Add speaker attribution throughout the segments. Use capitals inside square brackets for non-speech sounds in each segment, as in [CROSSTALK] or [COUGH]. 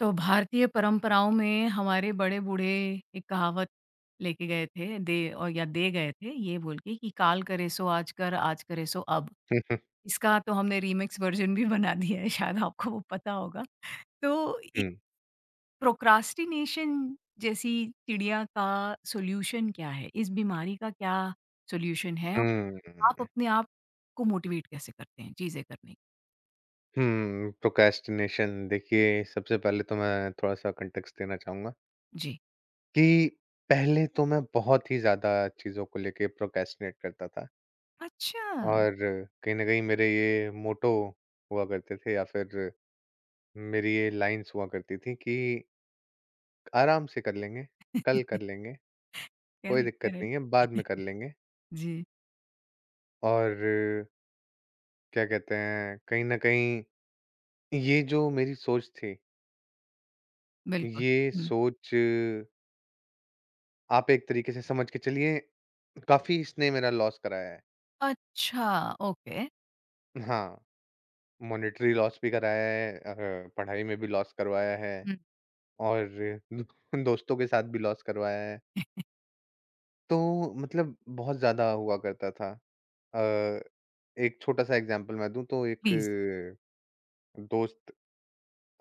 Speaker 1: तो भारतीय परंपराओं में हमारे बड़े बूढ़े एक कहावत लेके गए थे दे और या दे गए थे ये बोल के कि काल करे सो आज कर, आज करे सो अब।
Speaker 2: [LAUGHS]
Speaker 1: इसका तो हमने रीमिक्स वर्जन भी बना दिया है, शायद आपको वो पता होगा। तो
Speaker 2: हुँ,
Speaker 1: प्रोक्रास्टिनेशन जैसी चिड़िया का सॉल्यूशन क्या है? इस बीमारी का क्या सॉल्यूशन है? और आप
Speaker 2: हुँ,
Speaker 1: अपने आप को मोटिवेट कैसे करते हैं चीजें करने की?
Speaker 2: हुँ, प्रोक्रेस्टिनेशन देखिए सबसे पहले तो मैं थोड़ा-सा कॉन्टेक्स्ट देना चाहूँगा
Speaker 1: जी।
Speaker 2: कि पहले तो मैं बहुत ही ज़्यादा चीज़ों को लेके प्रोक्रेस्टिनेट करता था
Speaker 1: अच्छा।
Speaker 2: और कहीं न कहीं मेरे ये मोट्टो हुआ करते थे या फिर मेरी ये लाइन्स हुआ करती थी कि आराम से कर लेंगे, कल कर
Speaker 1: [LAUGHS]
Speaker 2: लेंगे, कोई
Speaker 1: करेक्ट,
Speaker 2: दिक्कत नहीं है,
Speaker 1: करेक्ट।
Speaker 2: बाद में कर
Speaker 1: [LAUGHS]
Speaker 2: लेंगे।
Speaker 1: जी।
Speaker 2: और क्या कहते हैं, कहीं न कहीं ये जो मेरी सोच थी,
Speaker 1: बिल्कुल।
Speaker 2: ये सोच आप एक तरीके से समझ के चलिए काफ़ी इसने मेरा लॉस कराया है।
Speaker 1: अच्छा, ओके।
Speaker 2: हाँ, मॉनेटरी लॉस भी कराया है, पढ़ाई में भी लॉस करवाया है
Speaker 1: हुँ।
Speaker 2: और [LAUGHS] दो दोस्तों के साथ भी लॉस करवाया है। तो मतलब बहुत ज़्यादा हुआ करता था। अ, एक छोटा-सा एग्ज़ाम्पल मैं दूँ तो एक
Speaker 1: प्लीज़। [LAUGHS]
Speaker 2: दोस्त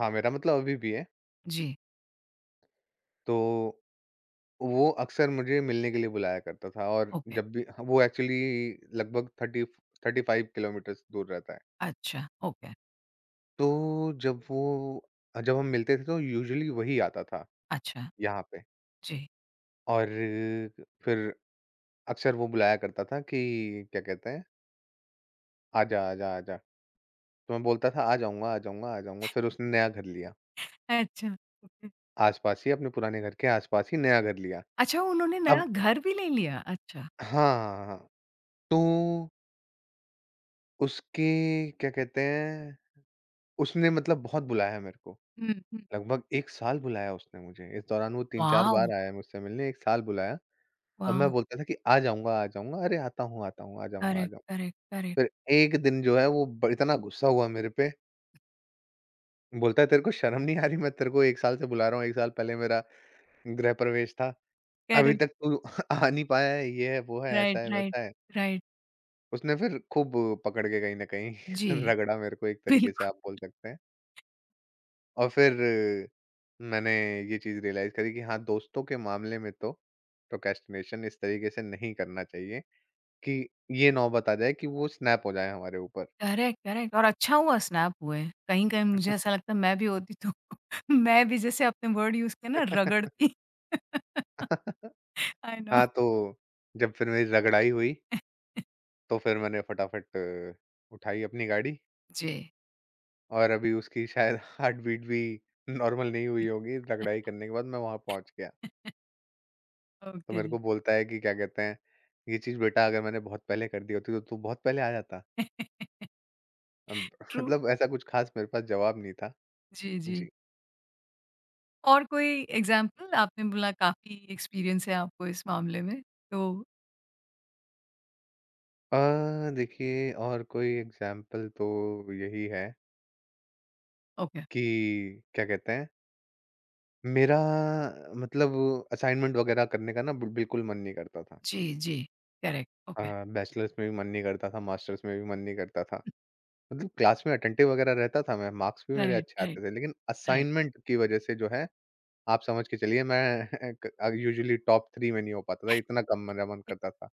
Speaker 2: था मेरा, मतलब अभी भी है।
Speaker 1: जी,
Speaker 2: तो वो अक्सर मुझे मिलने के लिए बुलाया करता था और
Speaker 1: ओके।
Speaker 2: जब भी वो एक्चुअली लगभग 30 35 किलोमीटर्स दूर रहता है।
Speaker 1: अच्छा, ओके।
Speaker 2: तो जब वो जब हम मिलते थे तो यूजुअली वही आता था
Speaker 1: अच्छा,
Speaker 2: यहाँ पे।
Speaker 1: जी।
Speaker 2: और फिर अक्सर वो बुलाया करता था कि क्या कहते हैं आजा आजा आजा, तो मैं बोलता था आ जाऊंगा आ जाऊंगा आ जाऊंगा। फिर उसने नया घर लिया,
Speaker 1: अच्छा, ओके।
Speaker 2: आसपास ही अपने पुराने घर के आसपास ही नया घर लिया।
Speaker 1: अच्छा, उन्होंने
Speaker 2: अब
Speaker 1: नया घर भी ले लिया? अच्छा।
Speaker 2: हाँ, हाँ हाँ, तो उसके क्या कहते हैं उसने मतलब बहुत बुलाया मेरे को,
Speaker 1: हुँ, हुँ।
Speaker 2: लगभग एक साल बुलाया उसने मुझे। इस दौरान वो तीन चार
Speaker 1: वॉव!
Speaker 2: बार आया मुझसे मिलने, एक साल बुलाया और मैं
Speaker 1: वॉव!
Speaker 2: बोलता था कि आ जाऊँगा, अरे आता हूँ, आ जाऊँगा, आ
Speaker 1: करेक्ट,
Speaker 2: जाऊँ।
Speaker 1: Correct, correct.
Speaker 2: फिर एक दिन जो है वो ब इतना गुस्सा हुआ मेरे पे, बोलता है तेरे को शर्म नहीं आ रही? मैं तेरे को 1 साल से बुला रहा हूँ, 1 साल पहले मेरा गृह प्रवेश था, अभी
Speaker 1: करेक्ट।
Speaker 2: तक तू [LAUGHS] आ नहीं पाया है, ये है, वो है, ऐसा
Speaker 1: राइट,
Speaker 2: है,
Speaker 1: राइट,
Speaker 2: वैसा है।
Speaker 1: राइट।
Speaker 2: उसने फिर खूब पकड़ के कहीं न कहीं
Speaker 1: जी।
Speaker 2: [LAUGHS] रगड़ा मेरे को, एक तरीके से
Speaker 1: बिल्कुल।
Speaker 2: आप बोल सकते हैं। और फिर मैंने ये चीज़ रियलाइज़ करी कि हाँ, दोस्तों के मामले में तो प्रोक्रेस्टिनेशन इस तरीके से नहीं करना चाहिए। कि ये ना बता जाए कि वो स्नैप हो जाए हमारे ऊपर।
Speaker 1: करेक्ट, करेक्ट, और अच्छा हुआ स्नैप हुए। कहीं-कहीं मुझे ऐसा लगता है, मैं भी होती तो [LAUGHS] मैं भी जैसे अपने वर्ड यूज़ किए ना, रगड़ती। [LAUGHS]
Speaker 2: [LAUGHS]
Speaker 1: I know.
Speaker 2: हाँ, तो जब फिर मेरी रगड़ाई हुई,
Speaker 1: [LAUGHS]
Speaker 2: तो फिर मैंने फटाफट उठाई अपनी गाड़ी
Speaker 1: जी।
Speaker 2: और अभी उसकी शायद [LAUGHS] हार्ट बीट भी नॉर्मल नहीं हुई होगी, रगड़ाई करने के बाद मैं वहाँ पहुँच गया। तो
Speaker 1: ओके
Speaker 2: मेरे
Speaker 1: जी।
Speaker 2: को बोलता है कि क्या कहते हैं, "ये चीज़ बेटा अगर मैंने बहुत पहले कर दी होती तो तू बहुत पहले आ जाता।"
Speaker 1: [LAUGHS]
Speaker 2: अब [LAUGHS]
Speaker 1: ट्रू।
Speaker 2: मतलब ऐसा कुछ ख़ास मेरे पास जवाब नहीं था।
Speaker 1: जी, जी।
Speaker 2: जी।
Speaker 1: और कोई एग्ज़ाम्पल? आपने बोला काफ़ी एक्सपीरियंस है आपको इस मामले में, तो।
Speaker 2: अ, देखिए और कोई एग्ज़ाम्पल तो यही है
Speaker 1: ओके।
Speaker 2: कि क्या कहते हैं मेरा मतलब असाइनमेंट वगैरह करने का ना बिल्कुल मन नहीं करता था।
Speaker 1: जी, जी। करेक्ट,
Speaker 2: अ,
Speaker 1: ओके।
Speaker 2: बैचलर्स में भी मन नहीं करता था, मास्टर्स में भी मन नहीं करता था। मतलब क्लास में अटेंटिव वगैरह रहता था मैं, मार्क्स भी मेरे
Speaker 1: राइट,
Speaker 2: अच्छे
Speaker 1: राइट,
Speaker 2: आते थे, लेकिन
Speaker 1: राइट।
Speaker 2: असाइनमेंट की वजह से जो है आप समझ के चलिए मैं [LAUGHS] यूजुअली टॉप 3 में नहीं हो पाता था, इतना कम मेरा मन करता था।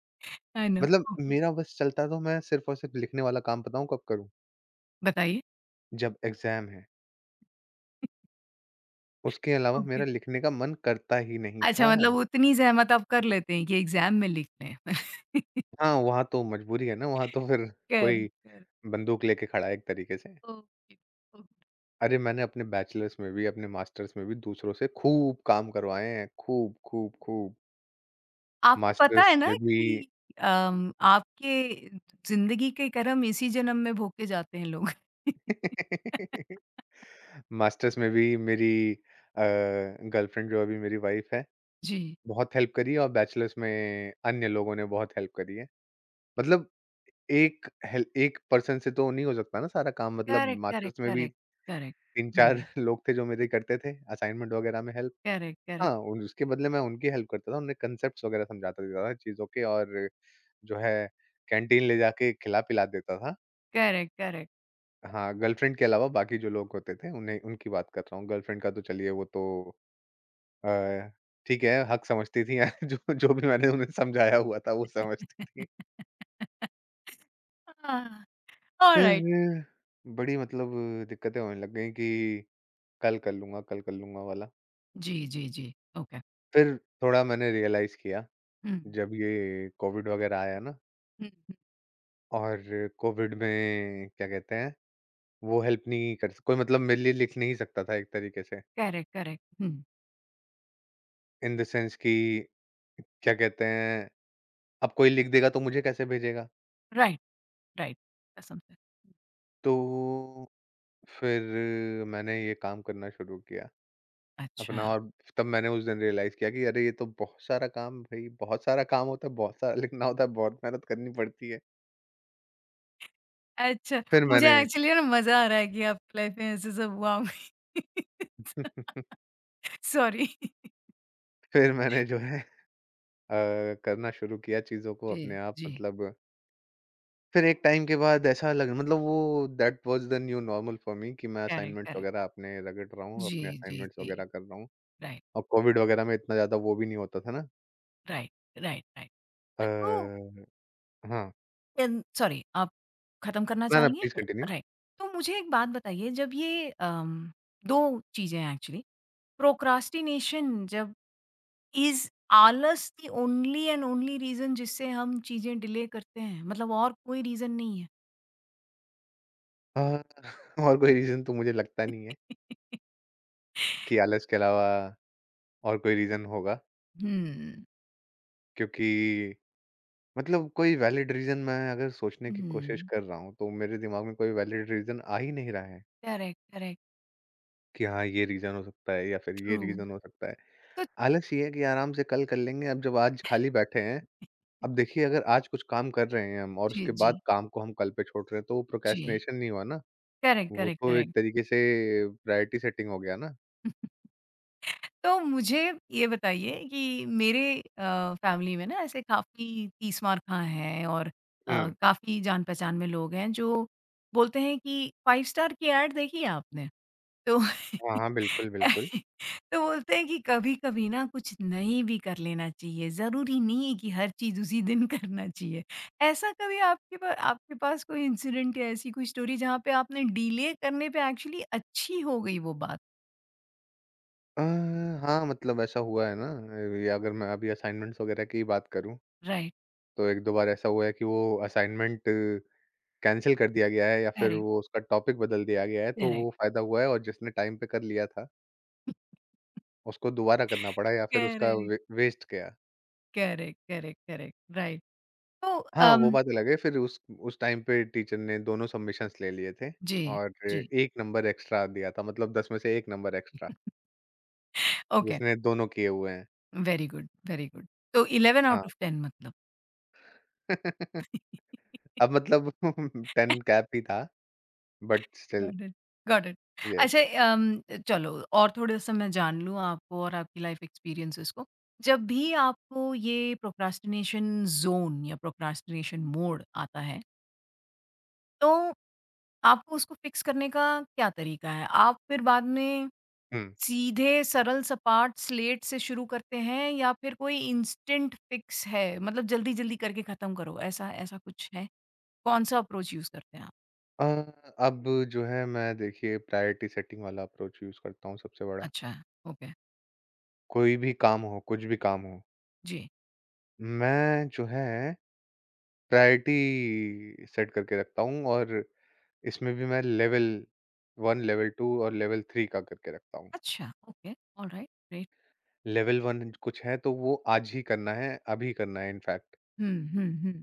Speaker 1: I know.
Speaker 2: मतलब
Speaker 1: ओके,
Speaker 2: मेरा बस चलता तो मैं सिर्फ़ और सिर्फ़ लिखने वाला काम बताऊँ कब करूँ?
Speaker 1: बताइए।
Speaker 2: जब एग्ज़ाम है, उसके अलावा
Speaker 1: ओके।
Speaker 2: मेरा लिखने का मन करता ही नहीं
Speaker 1: अच्छा,
Speaker 2: था।
Speaker 1: मतलब उतनी ज़हमत आप कर लेते हैं कि एग्ज़ाम में लिख लें। [LAUGHS]
Speaker 2: हाँ, वहाँ तो मजबूरी है ना, वहाँ तो फिर
Speaker 1: करेक्ट,
Speaker 2: कोई
Speaker 1: करेक्ट।
Speaker 2: बंदूक लेके खड़ा है एक तरीके से।
Speaker 1: Okay, okay.
Speaker 2: अरे! मैंने अपने बैचलर्स में भी, अपने मास्टर्स में भी दूसरों से खूब काम करवाए हैं, खूब, खूब, खूब।
Speaker 1: आपको पता है
Speaker 2: मास्टर्स
Speaker 1: ना
Speaker 2: में भी
Speaker 1: कि आपके ज़िंदगी के कर्म इसी जन्म में भोग के जाते हैं लोग। [LAUGHS]
Speaker 2: [LAUGHS] मास्टर्स में भी मेरी गर्लफ्रेंड जो अभी मेरी वाइफ़ है,
Speaker 1: जी।
Speaker 2: बहुत हेल्प करी है और बैचलर्स में अन्य लोगों ने बहुत हेल्प करी है। मतलब एक पर्सन से तो नहीं हो सकता ना सारा काम, मतलब
Speaker 1: करेक्ट, करेक्ट,
Speaker 2: मास्टर्स में भी
Speaker 1: करेक्ट, करेक्ट।
Speaker 2: 3-4
Speaker 1: हुँ।
Speaker 2: [LAUGHS] लोग थे जो मेरे करते थे असाइनमेंट वगैरह में हेल्प।
Speaker 1: करेक्ट, करेक्ट,
Speaker 2: हाँ, उन उसके बदले मैं उनकी हेल्प करता था, उन्हें कॉन्सेप्ट्स वगैरह समझाता देता था चीज़ों के और जो है कैंटीन ले जाके खिला-पिला देता था।
Speaker 1: Correct, correct.
Speaker 2: हाँ, गर्लफ्रेंड के अलावा बाकी जो लोग होते थे उन्हें, उनकी बात कर रहा हूँ, गर्लफ्रेंड का तो चलिए वो तो अ, ठीक है हक समझती थी [LAUGHS] जो जो भी मैंने उन्हें समझाया हुआ था वो समझती थी।
Speaker 1: हाँ,
Speaker 2: फिर
Speaker 1: ऑलराइट।
Speaker 2: बड़ी मतलब दिक्कतें होने लग गई कि कल कर लूँगा वाला।
Speaker 1: [LAUGHS] जी, जी, जी। ओके।
Speaker 2: फिर थोड़ा मैंने रियलाइज़ किया
Speaker 1: हुँ,
Speaker 2: जब ये कोविड वगैरह आया ना।
Speaker 1: हुँ, हुँ।
Speaker 2: और कोविड में क्या कहते हैं, वो हेल्प नहीं कर कोई मतलब मेरे लिए लिख नहीं सकता था एक तरीके से।
Speaker 1: Correct, correct. हुँ।
Speaker 2: इन द सेंस कि क्या कहते हैं, अब कोई लिख देगा तो मुझे कैसे भेजेगा?
Speaker 1: Right, right. कसम से।
Speaker 2: तो फिर मैंने ये काम करना शुरू किया अपना।
Speaker 1: अच्छा।
Speaker 2: और तब मैंने उस दिन रियलाइज़ किया कि अरे ये तो बहुत सारा काम, भई बहुत सारा काम होता है, बहुत सारा लिखना होता है, बहुत मेहनत करनी पड़ती है।
Speaker 1: अच्छा,
Speaker 2: फिर
Speaker 1: मुझे
Speaker 2: मैंने
Speaker 1: एक्चुअली ना मज़ा आ रहा है कि आपकी लाइफ में ऐसे सब हुआ होगा।
Speaker 2: [LAUGHS]
Speaker 1: सॉरी। [LAUGHS]
Speaker 2: फिर मैंने जो है अ, करना शुरू किया चीज़ों को
Speaker 1: जी,
Speaker 2: अपने आप।
Speaker 1: जी।
Speaker 2: मतलब फिर एक टाइम के बाद ऐसा लग, मतलब वो that was the new normal for me कि मैं
Speaker 1: करेक्ट,
Speaker 2: असाइनमेंट्स
Speaker 1: करेक्ट।
Speaker 2: वगैरह अपने रगड़ रहा हूँ,
Speaker 1: जी,
Speaker 2: अपने
Speaker 1: जी,
Speaker 2: असाइनमेंट्स वगैरह
Speaker 1: जी।
Speaker 2: कर रहा हूँ।
Speaker 1: राइट,
Speaker 2: और कोविड वगैरह में इतना ज़्यादा वो भी नहीं होता था ना।
Speaker 1: Right, right, right.
Speaker 2: अ,
Speaker 1: तो
Speaker 2: हाँ,
Speaker 1: एन सॉरी, आप खत्म करना
Speaker 2: ना, ना
Speaker 1: चाहेंगे?
Speaker 2: Please continue.
Speaker 1: राइट। तो मुझे एक बात बताइए, जब ये 2 चीज़ें हैं एक्चुअली। प्रोक्रास्टिनेशन जब इज़ आलस, the only and only reason जिससे हम चीज़ें डिले करते हैं, मतलब और कोई रीज़न नहीं है।
Speaker 2: [LAUGHS] अ, और कोई रीज़न तो मुझे लगता नहीं है
Speaker 1: [LAUGHS]
Speaker 2: कि आलस के अलावा और कोई रीज़न होगा,
Speaker 1: हुँ,
Speaker 2: क्योंकि मतलब कोई वैलिड रीज़न मैं अगर सोचने की कोशिश
Speaker 1: हुँ।
Speaker 2: कर रहा हूँ, तो मेरे दिमाग में कोई वैलिड रीज़न आ ही नहीं रहा है
Speaker 1: करेक्ट, करेक्ट,
Speaker 2: कि हाँ, ये रीज़न हो सकता है या फिर ये
Speaker 1: ट्रू।
Speaker 2: रीज़न हो सकता है।
Speaker 1: तो
Speaker 2: आलस ये है कि आराम से कल कर लेंगे, अब जब आज खाली बैठे हैं, अब देखिए अगर आज कुछ काम कर रहे हैं हम और
Speaker 1: जी,
Speaker 2: उसके बाद
Speaker 1: जी,
Speaker 2: काम को हम कल पे छोड़ रहे हैं, तो वो
Speaker 1: जी।
Speaker 2: प्रोक्रेस्टिनेशन नहीं हुआ ना,
Speaker 1: करेक्ट,
Speaker 2: वो
Speaker 1: करेक्ट,
Speaker 2: तो एक
Speaker 1: करेक्ट।
Speaker 2: तरीके से प्रायोरिटी सेटिंग हो गया ना।
Speaker 1: तो मुझे ये बताइए कि मेरे फैमिली में ना ऐसे काफ़ी तीस मार खां हैं और
Speaker 2: हुँ।
Speaker 1: काफ़ी जान पहचान में लोग हैं जो बोलते हैं कि 5 स्टार की ऐड देखी है आपने? तो
Speaker 2: हाँ, हाँ, बिल्कुल, बिल्कुल।
Speaker 1: [LAUGHS] तो बोलते हैं कि कभी-कभी ना कुछ नहीं भी कर लेना चाहिए, ज़रूरी नहीं है कि हर चीज़ उसी दिन [LAUGHS] करना चाहिए। ऐसा कभी आपके पा आपके पास कोई इंसिडेंट या ऐसी कोई स्टोरी जहाँ पे आपने डिले करने पे एक्चुअली अच्छी हो गई वो बात?
Speaker 2: अ, हाँ, मतलब ऐसा हुआ है ना, ये अगर मैं अभी असाइनमेंट्स वगैरह की ही बात करूँ,
Speaker 1: राइट,
Speaker 2: तो 1-2 बार ऐसा हुआ है कि वो असाइनमेंट कैंसल कर दिया गया है या फिर
Speaker 1: करेक्ट,
Speaker 2: वो उसका टॉपिक बदल दिया गया है, तो वो
Speaker 1: करेक्ट।
Speaker 2: फ़ायदा हुआ है। और जिसने टाइम पे कर लिया था, उसको दोबारा करना पड़ा या फिर उसका
Speaker 1: करेक्ट,
Speaker 2: वे वेस्ट गया।
Speaker 1: Correct, correct, correct, right. तो
Speaker 2: हाँ, वो
Speaker 1: अम,
Speaker 2: बात अलग है फिर उस टाइम पे टीचर ने दोनों सबमिशंस ले लिए थे
Speaker 1: जी,
Speaker 2: और
Speaker 1: जी,
Speaker 2: 1 नंबर एक्स्ट्रा दिया था, मतलब 10 में से 1 नंबर एक्स्ट्रा,
Speaker 1: ओके,
Speaker 2: जिसने दोनों किए हुए हैं।
Speaker 1: Very good, very good. तो 11
Speaker 2: हाँ,
Speaker 1: आउट ऑफ 10 मतलब।
Speaker 2: [LAUGHS]
Speaker 1: [LAUGHS]
Speaker 2: अब मतलब [LAUGHS] 10 कैप ही था but still.
Speaker 1: Got it, got it.
Speaker 2: Yes.
Speaker 1: अच्छा अम, चलो, और थोड़ा-सा मैं जान लूँ आपको और आपकी लाइफ एक्सपीरियंसेस को। जब भी आपको ये प्रोक्रास्टिनेशन ज़ोन या प्रोक्रास्टिनेशन मोड आता है, तो आपको उसको फिक्स करने का क्या तरीका है? आप फिर बाद में
Speaker 2: हुँ।
Speaker 1: सीधे सरल सपाट स्लेट से शुरू करते हैं या फिर कोई इंस्टेंट फिक्स है, मतलब जल्दी-जल्दी करके खत्म करो, ऐसा ऐसा कुछ है? कौन-सा अप्रोच यूज़ करते हैं आप?
Speaker 2: अ, अब जो है मैं देखिए प्रायोरिटी सेटिंग वाला अप्रोच यूज़ करता हूँ सबसे बड़ा।
Speaker 1: अच्छा, ओके,
Speaker 2: कोई भी काम हो, कुछ भी काम हो,
Speaker 1: जी।
Speaker 2: मैं जो है प्रायोरिटी सेट करके रखता हूँ और इसमें भी मैं लेवल 1, लेवल 2 और लेवल 3 का करके रखता हूँ।
Speaker 1: अच्छा, ओके, ऑलराइट, ग्रेट।
Speaker 2: लेवल 1 कुछ है तो वो आज ही करना है, अभी करना है इनफैक्ट।
Speaker 1: हुँ, हुँ, हुँ।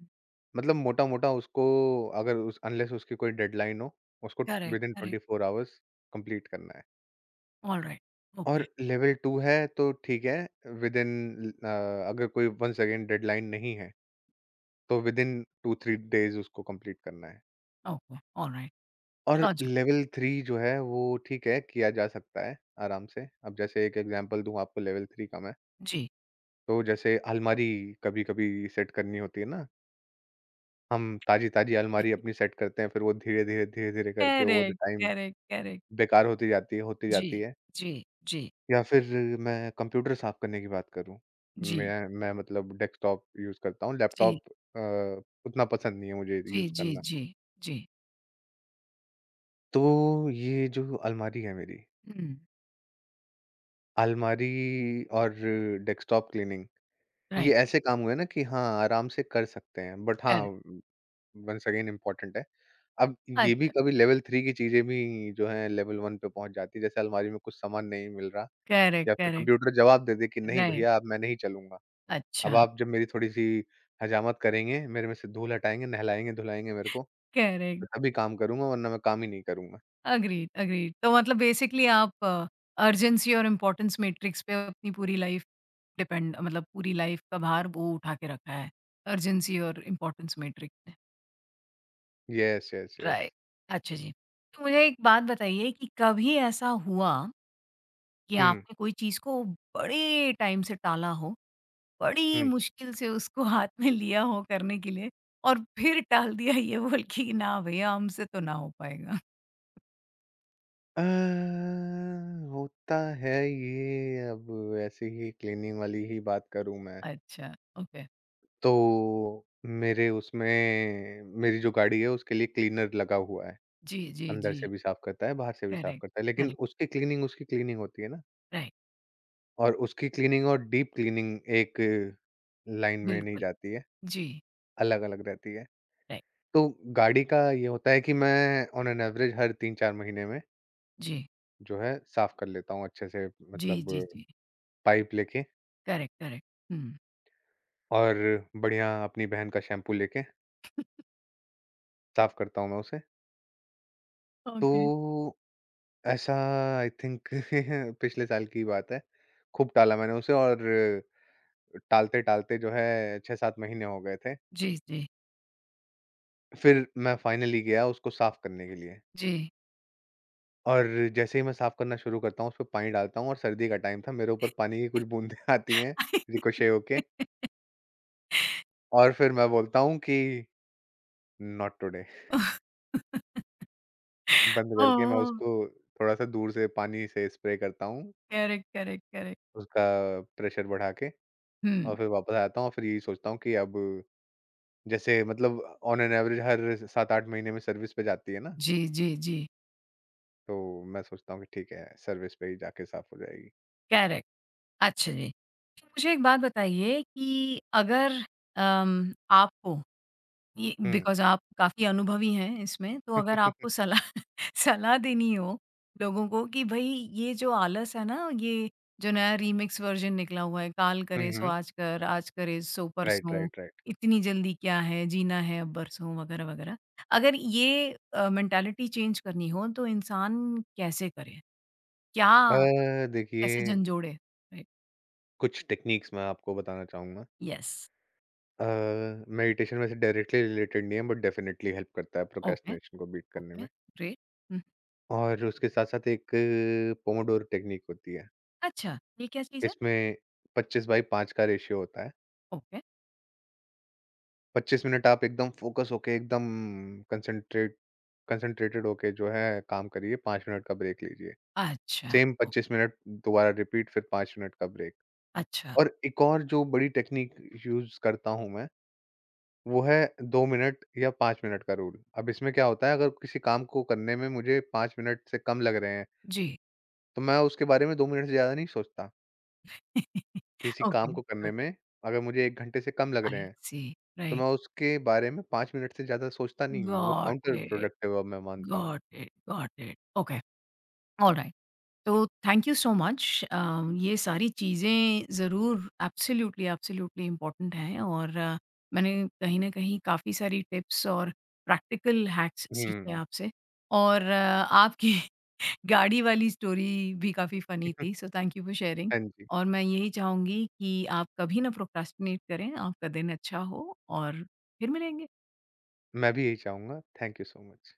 Speaker 2: मतलब मोटा-मोटा उसको, अगर उस अनलेस उसकी कोई डेडलाइन हो, उसको
Speaker 1: correct,
Speaker 2: within
Speaker 1: correct,
Speaker 2: 24 hours complete करना है।
Speaker 1: ऑलराइट,
Speaker 2: और
Speaker 1: ओके,
Speaker 2: लेवल 2 है तो ठीक है विदिन अ, अगर कोई वंस अगेन डेडलाइन नहीं है, तो विदिन 2-3 डेज़ उसको कंप्लीट करना है।
Speaker 1: ओके, ऑलराइट,
Speaker 2: और
Speaker 1: लॉजिकल,
Speaker 2: लेवल 3 जो है वो ठीक है, किया जा सकता है आराम से। अब जैसे एक एग्ज़ाम्पल दूँ आपको लेवल 3 का मैं।
Speaker 1: जी।
Speaker 2: तो जैसे अलमारी कभी-कभी सेट करनी होती है ना, हम ताज़ी-ताज़ी अलमारी अपनी सेट करते हैं, फिर वो धीरे-धीरे, धीरे-धीरे करके over the
Speaker 1: correct,
Speaker 2: time
Speaker 1: correct, correct,
Speaker 2: बेकार होती जाती है, होती
Speaker 1: जी,
Speaker 2: जाती है।
Speaker 1: जी, जी,
Speaker 2: या फिर मैं कंप्यूटर साफ़ करने की बात करूँ,
Speaker 1: जी,
Speaker 2: मैं मतलब डेस्कटॉप यूज़ करता हूँ,
Speaker 1: जी,
Speaker 2: लैपटॉप अ, उतना पसंद नहीं है मुझे
Speaker 1: जी,
Speaker 2: यूज़
Speaker 1: जी,
Speaker 2: करना।
Speaker 1: जी, जी।
Speaker 2: तो ये जो अलमारी है मेरी,
Speaker 1: हुँ,
Speaker 2: अलमारी और डेस्कटॉप क्लीनिंग, ये
Speaker 1: राइट,
Speaker 2: ऐसे काम हुए ना कि हाँ, आराम से कर सकते हैं, बट हाँ
Speaker 1: करेक्ट,
Speaker 2: वंस अगेन इम्पोर्टेंट है। अब ये भी
Speaker 1: अच्छा,
Speaker 2: कभी लेवल 3 की चीज़ें भी जो हैं लेवल 1 पे पहुँच जाती है। जैसे अलमारी में कुछ सामान नहीं मिल रहा
Speaker 1: करेक्ट,
Speaker 2: या फिर
Speaker 1: करेक्ट,
Speaker 2: कंप्यूटर जवाब दे दे कि नहीं
Speaker 1: राइट।
Speaker 2: भैया अब मैं नहीं चलूँगा।
Speaker 1: अच्छा,
Speaker 2: अब आप जब मेरी थोड़ी-सी हजामत करेंगे, मेरे में से धूल हटाएँगे, नहलाएँगे-धुलाएँगे मेरे को, तो
Speaker 1: करेक्ट,
Speaker 2: तभी काम करूँगा वरना मैं काम ही नहीं करूँगा।
Speaker 1: Agreed, agreed. तो मतलब बेसिकली आप अर्जेंसी और इम्पोर्टेंस मैट्रिक्स पे अपनी पूरी लाइफ़ डिपेंड, मतलब पूरी लाइफ़ का भार वो उठा के रखा है, अर्जेंसी और इम्पोर्टेंस मैट्रिक्स ने।
Speaker 2: Yes, yes, yes.
Speaker 1: राइट, अच्छा जी। तो मुझे एक बात बताइए कि कभी ऐसा हुआ कि
Speaker 2: हुँ,
Speaker 1: आपने कोई चीज़ को बड़े टाइम से टाला हो, बड़ी
Speaker 2: हुँ।
Speaker 1: मुश्किल से उसको हाथ में लिया हो करने के लिए और फिर टाल दिया ये बोल के कि ना भैया, हमसे तो ना हो पाएगा?
Speaker 2: अ, होता है ये। अब ऐसे ही क्लीनिंग वाली ही बात करूँ मैं।
Speaker 1: अच्छा, ओके।
Speaker 2: तो मेरे उसमें मेरी जो गाड़ी है उसके लिए क्लीनर लगा हुआ है।
Speaker 1: जी, जी,
Speaker 2: अंदर
Speaker 1: जी।
Speaker 2: से भी साफ़ करता है, बाहर से भी साफ़
Speaker 1: करेक्ट,
Speaker 2: करता है, लेकिन
Speaker 1: करेक्ट,
Speaker 2: उसकी क्लीनिंग होती है ना,
Speaker 1: राइट,
Speaker 2: और उसकी क्लीनिंग और डीप क्लीनिंग एक लाइन में नहीं
Speaker 1: बिल्कुल।
Speaker 2: जाती है,
Speaker 1: जी,
Speaker 2: अलग-अलग रहती है।
Speaker 1: राइट,
Speaker 2: तो गाड़ी का ये होता है कि मैं ऑन एन एवरेज हर 3-4 महीने में
Speaker 1: जी,
Speaker 2: जो है साफ़ कर लेता हूँ अच्छे से,
Speaker 1: जी,
Speaker 2: मतलब
Speaker 1: जी, जी।
Speaker 2: पाइप लेके
Speaker 1: करेक्ट, करेक्ट, हुँ।
Speaker 2: और बढ़िया अपनी बहन का शैम्पू लेके साफ़ करता हूँ मैं उसे। तो
Speaker 1: ओके।
Speaker 2: ऐसा आई थिंक [LAUGHS] पिछले साल की बात है। खूब टाला मैंने उसे और टालते-टालते जो है 6-7 महीने हो गए थे।
Speaker 1: जी, जी,
Speaker 2: फिर मैं फाइनली गया उसको साफ़ करने के लिए
Speaker 1: जी।
Speaker 2: और जैसे ही मैं साफ़ करना शुरू करता हूँ, उसपे पानी डालता हूँ और सर्दी का टाइम था, मेरे ऊपर पानी की कुछ बूँदें [LAUGHS] आती हैं रिकोशें
Speaker 1: [LAUGHS]
Speaker 2: होके। और फिर मैं बोलता हूँ कि नॉट टुडे [LAUGHS] बंद करके मैं
Speaker 1: ओह!
Speaker 2: उसको थोड़ा-सा दूर से पानी से स्प्रे करता हूँ,
Speaker 1: करेक्ट, करेक्ट, करेक्ट।
Speaker 2: उसका प्रेशर बढ़ा के।
Speaker 1: हुँ।
Speaker 2: और फिर वापस आता हूँ और फिर यही सोचता हूँ कि अब जैसे मतलब ऑन एन एवरेज हर 7-8 महीने में सर्विस पे जाती है ना,
Speaker 1: जी, जी, जी,
Speaker 2: तो मैं सोचता हूँ कि ठीक है, सर्विस पे ही जाके साफ़ हो जाएगी।
Speaker 1: करेक्ट। अच्छा जी। तो मुझे एक बात बताइए कि अगर आपको ये
Speaker 2: हुँ।
Speaker 1: बिकॉज़ आप काफ़ी अनुभवी हैं इसमें, तो
Speaker 2: हुँ,
Speaker 1: अगर आपको सलाह [LAUGHS] सलाह देनी हो लोगों को कि भई, ये जो आलस है ना, ये जो नया रीमिक्स वर्ज़न निकला हुआ है, काल करे सो
Speaker 2: हुँ। [LAUGHS]
Speaker 1: आज कर, आज करे सो
Speaker 2: राइट,
Speaker 1: परसों,
Speaker 2: राइट, राइट।
Speaker 1: इतनी जल्दी क्या है, जीना है अब बरसों वग़ैरह, वग़ैरह। अगर ये मेंटालिटी चेंज करनी हो तो इंसान कैसे करे? क्या
Speaker 2: [LAUGHS]
Speaker 1: कैसे
Speaker 2: देखिए
Speaker 1: झंझोड़े? राइट,
Speaker 2: कुछ टेक्निक्स मैं आपको बताना चाहूँगा।
Speaker 1: यस,
Speaker 2: अ, मेडिटेशन वैसे डायरेक्टली रिलेटेड नहीं है बट डेफ़िनेटली हेल्प करता है
Speaker 1: ओके,
Speaker 2: प्रोक्रेस्टिनेशन को बीट करने
Speaker 1: ओके,
Speaker 2: में।
Speaker 1: ग्रेट, हुँ,
Speaker 2: और उसके साथ-साथ एक पोमोडोरो टेक्निक होती है।
Speaker 1: अच्छा, ये क्या चीज़ है?
Speaker 2: इसमें 25/5 का रेशियो होता है।
Speaker 1: ओके,
Speaker 2: 25 मिनट आप एकदम फ़ोकस होके एकदम कंसंट्रेट कंसंट्रेटेड होके जो है काम करिए, 5 मिनट का ब्रेक लीजिए।
Speaker 1: अच्छा,
Speaker 2: सेम 25
Speaker 1: ओके,
Speaker 2: मिनट दोबारा रिपीट फिर 5 मिनट का ब्रेक।
Speaker 1: अच्छा।
Speaker 2: और एक और जो बड़ी टेक्नीक यूज़ करता हूँ मैं, वो है 2 मिनट या 5 मिनट का रूल। अब इसमें क्या होता है अगर किसी काम को करने में मुझे 5 मिनट से कम लग रहे हैं,
Speaker 1: जी।
Speaker 2: तो मैं उसके बारे में 2 मिनट से ज़्यादा नहीं सोचता।
Speaker 1: [LAUGHS]
Speaker 2: किसी काम को
Speaker 1: Okay.
Speaker 2: करने
Speaker 1: Got
Speaker 2: में
Speaker 1: it.
Speaker 2: अगर मुझे 1 घंटे से कम लग रहे
Speaker 1: I
Speaker 2: हैं,
Speaker 1: see.
Speaker 2: तो
Speaker 1: Right.
Speaker 2: मैं उसके बारे में 5 मिनट से ज़्यादा सोचता नहीं हूँ, वो
Speaker 1: Got
Speaker 2: काउंटर
Speaker 1: it.
Speaker 2: प्रोडक्टिव अब मैं मानता हूँ।
Speaker 1: Got it. Got it. Okay. Alright. तो thank you so much, uh, ये सारी चीज़ें ज़रूर एब्सोल्यूटली, एब्सोल्यूटली इम्पोर्टेंट हैं, और मैंने कहीं न कहीं काफ़ी सारी टिप्स और प्रैक्टिकल हैक्स सीखे
Speaker 2: हुँ।
Speaker 1: आपसे, और आपकी गाड़ी वाली स्टोरी भी काफ़ी फ़नी
Speaker 2: [LAUGHS]
Speaker 1: थी, so thank you for sharing.
Speaker 2: हाँ जी।
Speaker 1: और मैं यही चाहूँगी कि आप कभी ना प्रोक्रास्टिनेट करें, आपका दिन अच्छा हो, और फिर मिलेंगे।
Speaker 2: मैं भी यही चाहूँगा। Thank you so much.